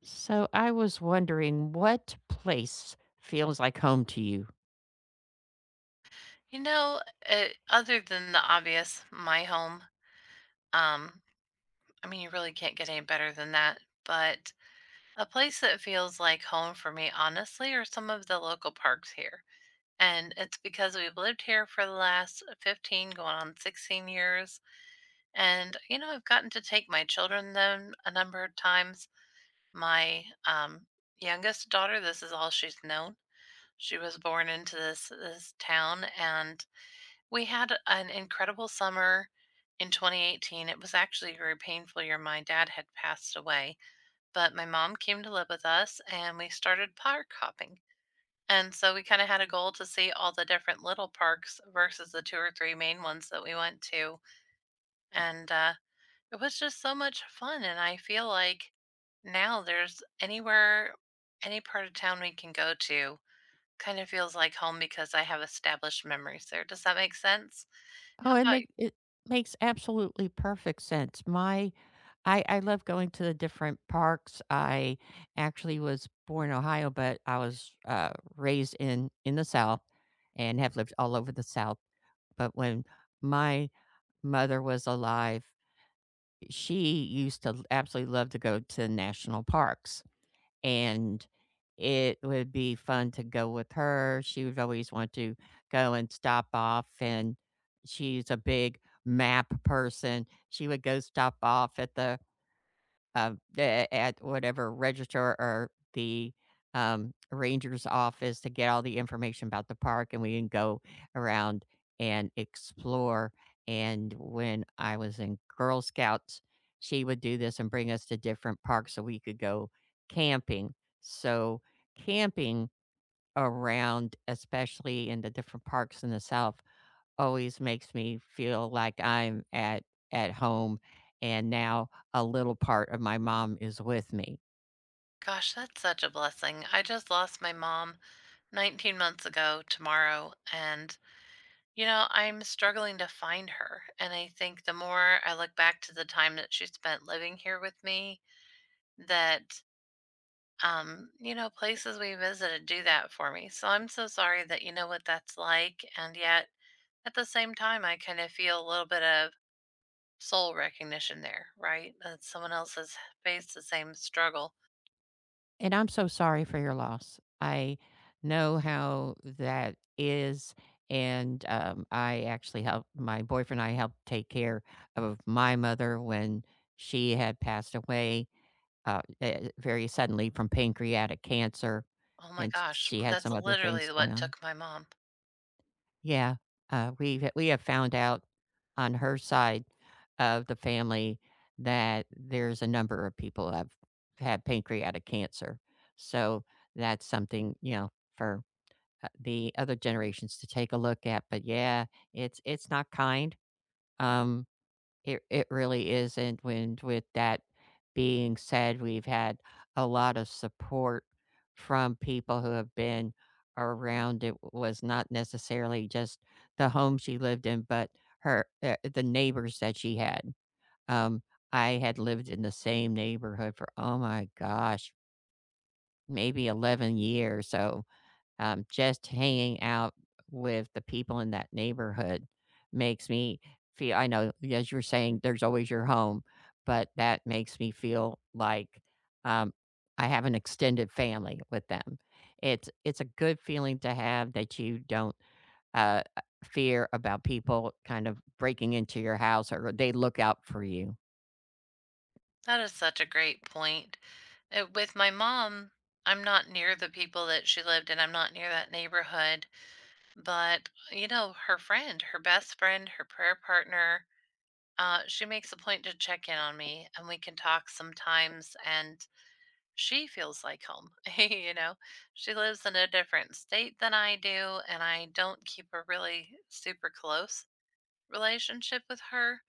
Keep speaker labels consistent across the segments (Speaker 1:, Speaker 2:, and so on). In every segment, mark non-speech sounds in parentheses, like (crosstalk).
Speaker 1: So I was wondering what place feels like home to you?
Speaker 2: You know, Other than the obvious, my home, um, I mean, you really can't get any better than that. But a place that feels like home for me, honestly, are some of the local parks here. And it's because we've lived here for the last 15, going on 16 years. And, you know, I've gotten to take my children then a number of times. My youngest daughter, this is all she's known. She was born into this town and we had an incredible summer in 2018. It was actually a very painful year. My dad had passed away, but my mom came to live with us and we started park hopping. And so we kind of had a goal to see all the different little parks versus the two or three main ones that we went to. And it was just so much fun. And I feel like now any part of town we can go to kind of feels like home because I have established memories there. Does that make sense? How
Speaker 1: Oh, it
Speaker 2: about
Speaker 1: make it makes absolutely perfect sense. My I love going to the different parks. I actually was born in Ohio, but I was raised in the South and have lived all over the South. But when my mother was alive, she used to absolutely love to go to national parks. And it would be fun to go with her. She would always want to go and stop off, and she's a big map person. She would go stop off at the at whatever register, or the ranger's office to get all the information about the park, and we can go around and explore. And when I was in Girl Scouts, she would do this and bring us to different parks so we could go camping. So, camping around, especially in the different parks in the South, always makes me feel like I'm at home, and now a little part of my mom is with me.
Speaker 2: gosh, that's such a blessing. I just lost my mom 19 months ago tomorrow, and you know, I'm struggling to find her. And I think the more I look back to the time that she spent living here with me, that you know, places we visited do that for me. So I'm so sorry that you know what that's like. And yet at the same time, I kind of feel a little bit of soul recognition there, right? That someone else has faced the same struggle.
Speaker 1: And I'm so sorry for your loss. I know how that is, and, I actually helped my boyfriend and I helped take care of my mother when she had passed away, very suddenly from pancreatic cancer,
Speaker 2: Oh my
Speaker 1: and
Speaker 2: gosh,
Speaker 1: she had
Speaker 2: that's
Speaker 1: some other things
Speaker 2: literally
Speaker 1: going
Speaker 2: what
Speaker 1: on.
Speaker 2: took my mom.
Speaker 1: Yeah, we have found out on her side of the family that there's a number of people have had pancreatic cancer, so that's something, you know, for, the other generations to take a look at. But yeah, it's not kind, um it really is. And when with that being said, we've had a lot of support from people who have been around. It was not necessarily just the home she lived in, but her the neighbors that she had. Um, I had lived in the same neighborhood for, oh my gosh, maybe 11 years, so just hanging out with the people in that neighborhood makes me feel, I know, as you're saying, there's always your home, but that makes me feel like, um, I have an extended family with them. It's a good feeling to have that you don't, fear about people kind of breaking into your house, or they look out for you.
Speaker 2: That is such a great point. With my mom, I'm not near the people that she lived in. I'm not near that neighborhood. But, you know, her friend, her best friend, her prayer partner, she makes a point to check in on me and we can talk sometimes. And she feels like home. (laughs) You know, she lives in a different state than I do. And I don't keep a really super close relationship with her.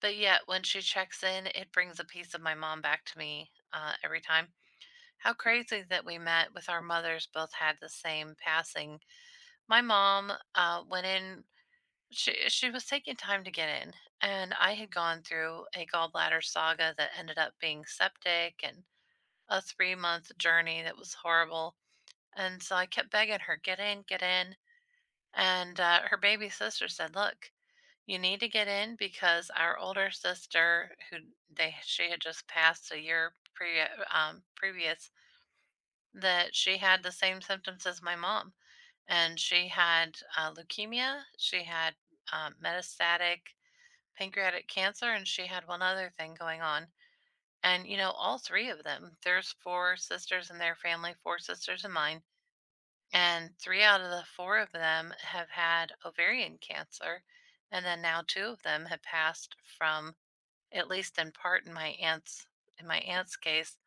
Speaker 2: But yet, when she checks in, it brings a piece of my mom back to me every time. How crazy that we met with our mothers both had the same passing. My mom went in, she was taking time to get in, and I had gone through a gallbladder saga that ended up being septic and a three-month journey that was horrible. And so I kept begging her, get in, get in. And her baby sister said, look, you need to get in because our older sister, who they she had just passed a year previous, that she had the same symptoms as my mom. And she had leukemia, she had metastatic pancreatic cancer, and she had one other thing going on. And, you know, all three of them, there's four sisters in their family, four sisters in mine. And three out of the four of them have had ovarian cancer. And then now two of them have passed from, at least in part in my aunt's case,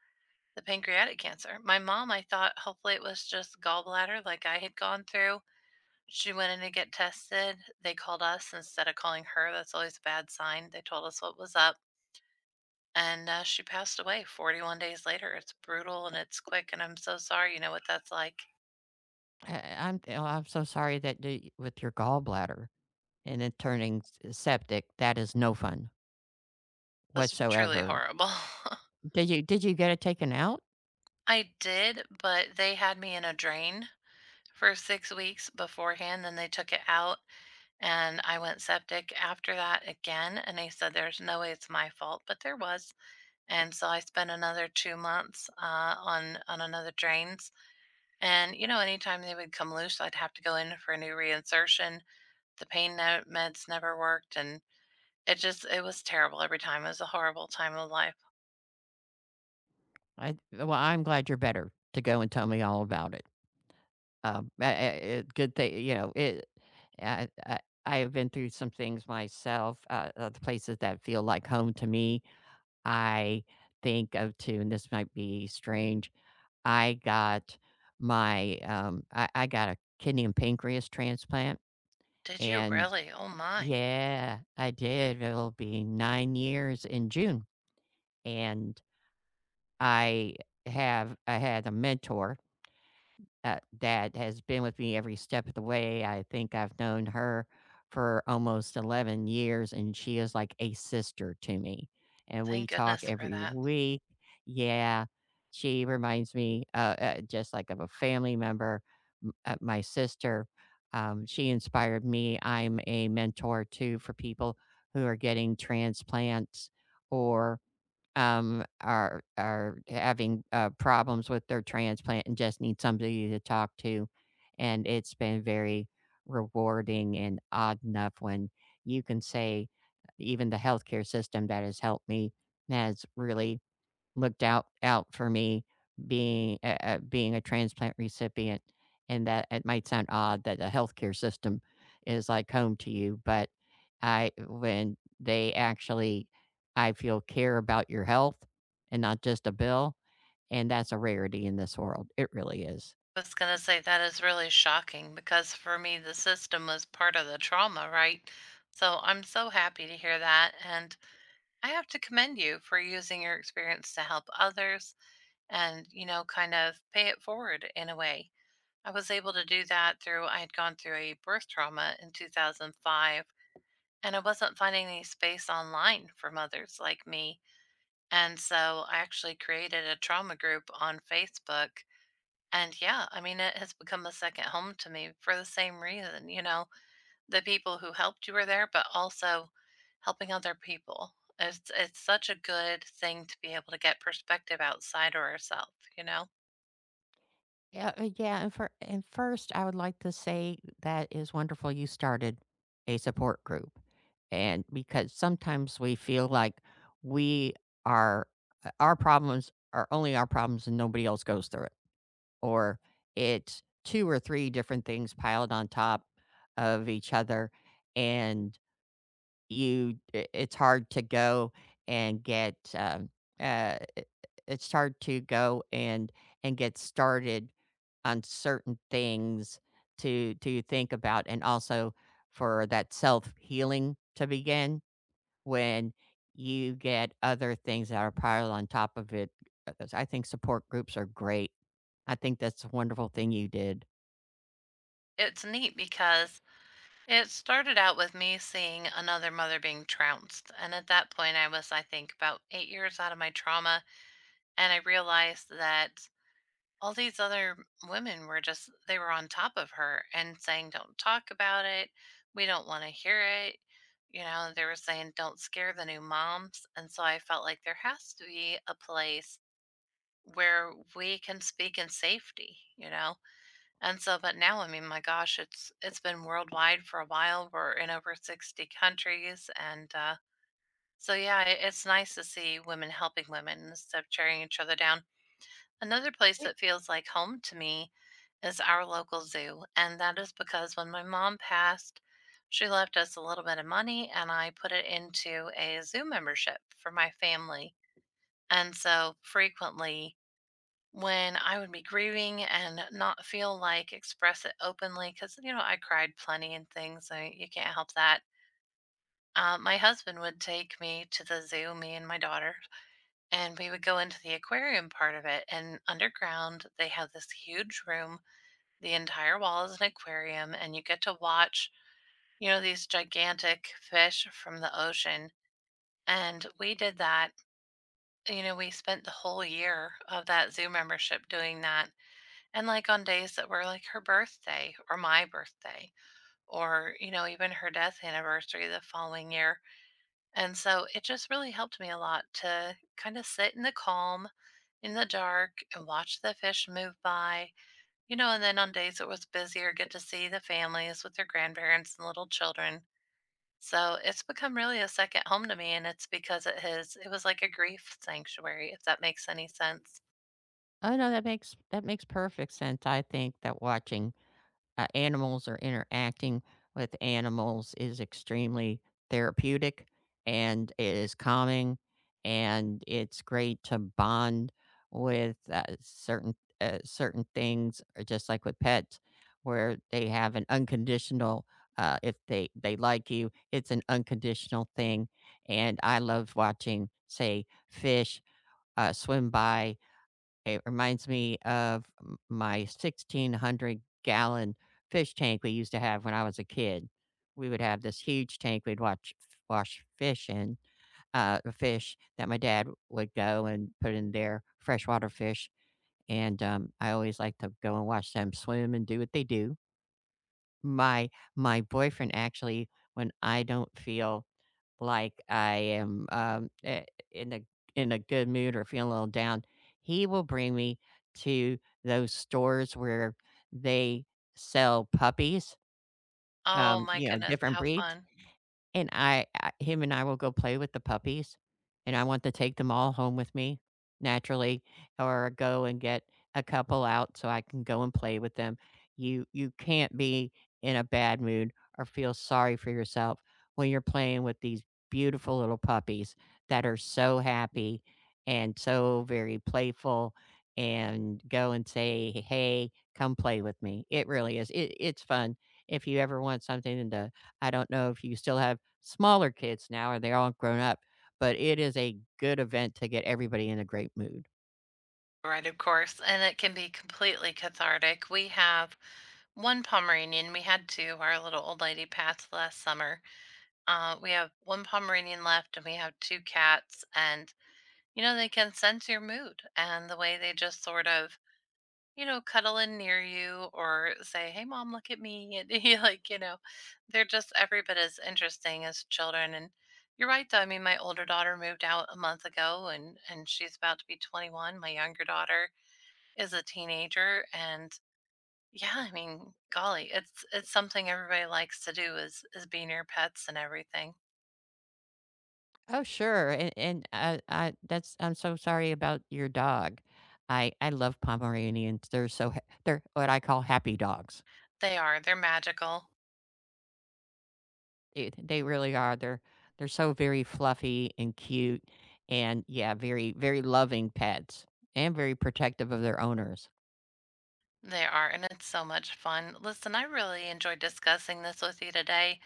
Speaker 2: the pancreatic cancer. My mom, I thought hopefully it was just gallbladder like I had gone through. She went in to get tested. They called us instead of calling her. That's always a bad sign. They told us what was up. And she passed away 41 days later. It's brutal and it's quick. And I'm so sorry. You know what that's like.
Speaker 1: I I'm oh, I'm so sorry that the with your gallbladder and it turning s septic, that is no fun.
Speaker 2: It was truly
Speaker 1: Whatsoever.
Speaker 2: horrible.
Speaker 1: Did you get it taken out?
Speaker 2: (laughs) I did, but they had me in a drain for six weeks beforehand. Then they took it out and I went septic after that again. And they said, there's no way it's my fault, but there was. And so I spent another 2 months, on another drains, and, you know, anytime they would come loose, I'd have to go in for a new reinsertion. The pain no meds never worked, and it just it was terrible every time. It was a horrible time of life.
Speaker 1: I, well, I'm glad you're better to go and tell me all about it. I it good thing, you know, it I I I have been through some things myself, the places that feel like home to me. I think of 2, and this might be strange. I got my, I got a kidney and pancreas transplant,
Speaker 2: Did you
Speaker 1: and
Speaker 2: really? Oh my.
Speaker 1: yeah, I did. It'll be 9 years in June, and I I had a mentor, that has been with me every step of the way. I think I've known her for almost 11 years, and she is like a sister to me, and
Speaker 2: Thank
Speaker 1: we talk
Speaker 2: goodness for
Speaker 1: every
Speaker 2: that.
Speaker 1: week. Yeah, she reminds me, just like of a family member, m my sister. She inspired me. I'm a mentor too for people who are getting transplants, or are having, problems with their transplant and just need somebody to talk to. And it's been very rewarding. And odd enough, when you can say even the healthcare system that has helped me has really looked out for me, being being a transplant recipient. And that it might sound odd that the healthcare system is like home to you, but I when they actually, I feel, care about your health and not just a bill. And that's a rarity in this world, it really is.
Speaker 2: I was gonna say that is really shocking because for me, the system was part of the trauma, right? So I'm so happy to hear that, and I have to commend you for using your experience to help others and you know kind of pay it forward in a way. I was able to do that through, I had gone through a birth trauma in 2005, and I wasn't finding any space online for mothers like me. And so I actually created a trauma group on Facebook. And yeah, I mean, it has become a second home to me for the same reason. You know, the people who helped you were there, but also helping other people, it's such a good thing to be able to get perspective outside of ourselves, you know.
Speaker 1: Yeah, and for, and first, I would like to say that is wonderful you started a support group. And because sometimes we feel like we are, our problems are only our problems and nobody else goes through it, or it's two or three different things piled on top of each other. And you I it's hard to go and get, I it's hard to go and get started on certain things to think about. And also for that self-healing to begin when you get other things that are piled on top of it, because I think support groups are great. I think that's a wonderful thing you did.
Speaker 2: It's neat because it started out with me seeing another mother being trounced. And at that point, I was, I think, about eight years out of my trauma. And I realized that all these other women were just, they were on top of her and saying, don't talk about it. We don't want to hear it. You know, they were saying, don't scare the new moms. And so I felt like there has to be a place where we can speak in safety, you know? And so but now, I mean, my gosh, it's been worldwide for a while. We're in over 60 countries and, so yeah, it's nice to see women helping women instead of tearing each other down. Another place
Speaker 1: It
Speaker 2: that feels like home to me is our local zoo, and that is because when my mom passed, she left us a little bit of money, and I put it into a zoo membership for my family, and so frequently when I would be grieving and not feel like express it openly because you know I cried plenty and things. I, you can't help that. My husband would take me to the zoo, me and my daughter, and we would go into the aquarium part of it. And underground, they have this huge room. The entire wall is an aquarium, and you get to watch, you know, these gigantic fish from the ocean. And we did that. You know, we spent the whole year of that zoo membership doing that. And like on days that were like her birthday or my birthday or, you know, even her death anniversary the following year. And so it just really helped me a lot to kind of sit in the calm, in the dark, and watch the fish move by, you know, and then on days that was busier, get to see the families with their grandparents and little children. So it's become really a second home to me. And it's because it has, it was like a grief sanctuary, if that makes any sense.
Speaker 1: Oh, no, that makes, that makes perfect sense. I think that watching animals, or interacting with animals, is extremely therapeutic, and it is calming, and it's great to bond with certain things, or just like with pets, where they have an unconditional, if they like you, it's an unconditional thing. And I love watching, say, fish swim by. It reminds me of m my 1,600 gallon fish tank we used to have when I was a kid. We would have this huge tank we'd watch f wash fish in, the fish that my dad would go and put in there, freshwater fish. And, I always like to go and watch them swim and do what they do. My my boyfriend actually, when I don't feel like I am, in a in a good mood or feeling a little down, he will bring me to those stores where they sell puppies,
Speaker 2: Oh my
Speaker 1: you know,
Speaker 2: goodness,
Speaker 1: different
Speaker 2: how
Speaker 1: breeds.
Speaker 2: fun.
Speaker 1: And I him and I will go play with the puppies, and I want to take them all home with me, naturally, or go and get a couple out so I can go and play with them. You can't be in a bad mood or feel sorry for yourself when you're playing with these beautiful little puppies that are so happy and so very playful and go and say, "Hey, come play with me." It really is. It's fun. If you ever want something to, I don't know if you still have smaller kids now or they're all grown up, but it is a good event to get everybody in a great mood.
Speaker 2: Right, of course, and it can be completely cathartic. We have one Pomeranian, we had 2, our little old lady passed last summer. We have 1 Pomeranian left and we have 2 cats and, you know, they can sense your mood and the way they just sort of, you know, cuddle in near you or say, "Hey, mom, look at me," and (laughs) you like, you know, they're just every bit as interesting as children, and you're right, though, I mean, my older daughter moved out a month ago and she's about to be 21, my younger daughter as a teenager. And yeah, I mean, golly, it's something everybody likes to do, is be near pets and everything.
Speaker 1: Oh, sure, and and I that's, I'm so sorry about your dog. I love Pomeranians. They're so ha they're what I call happy dogs.
Speaker 2: They are, they're magical.
Speaker 1: They really are. They're so very fluffy and cute and, yeah, very, very loving pets and very protective of their owners.
Speaker 2: They are, and it's so much fun. Listen, I really enjoyed discussing this with you today,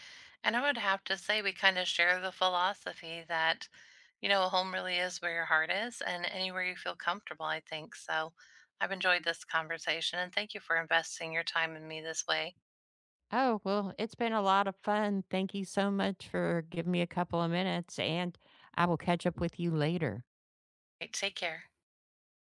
Speaker 2: and I would have to say we kind of share the philosophy that, you know, home really is where your heart is, and anywhere you feel comfortable, I think so. I've enjoyed this conversation, and thank you for investing your time in me this way.
Speaker 1: Oh, well, it's been a lot of fun. Thank you so much for giving me a couple of minutes, and I will catch up with you later.
Speaker 2: Right, take care.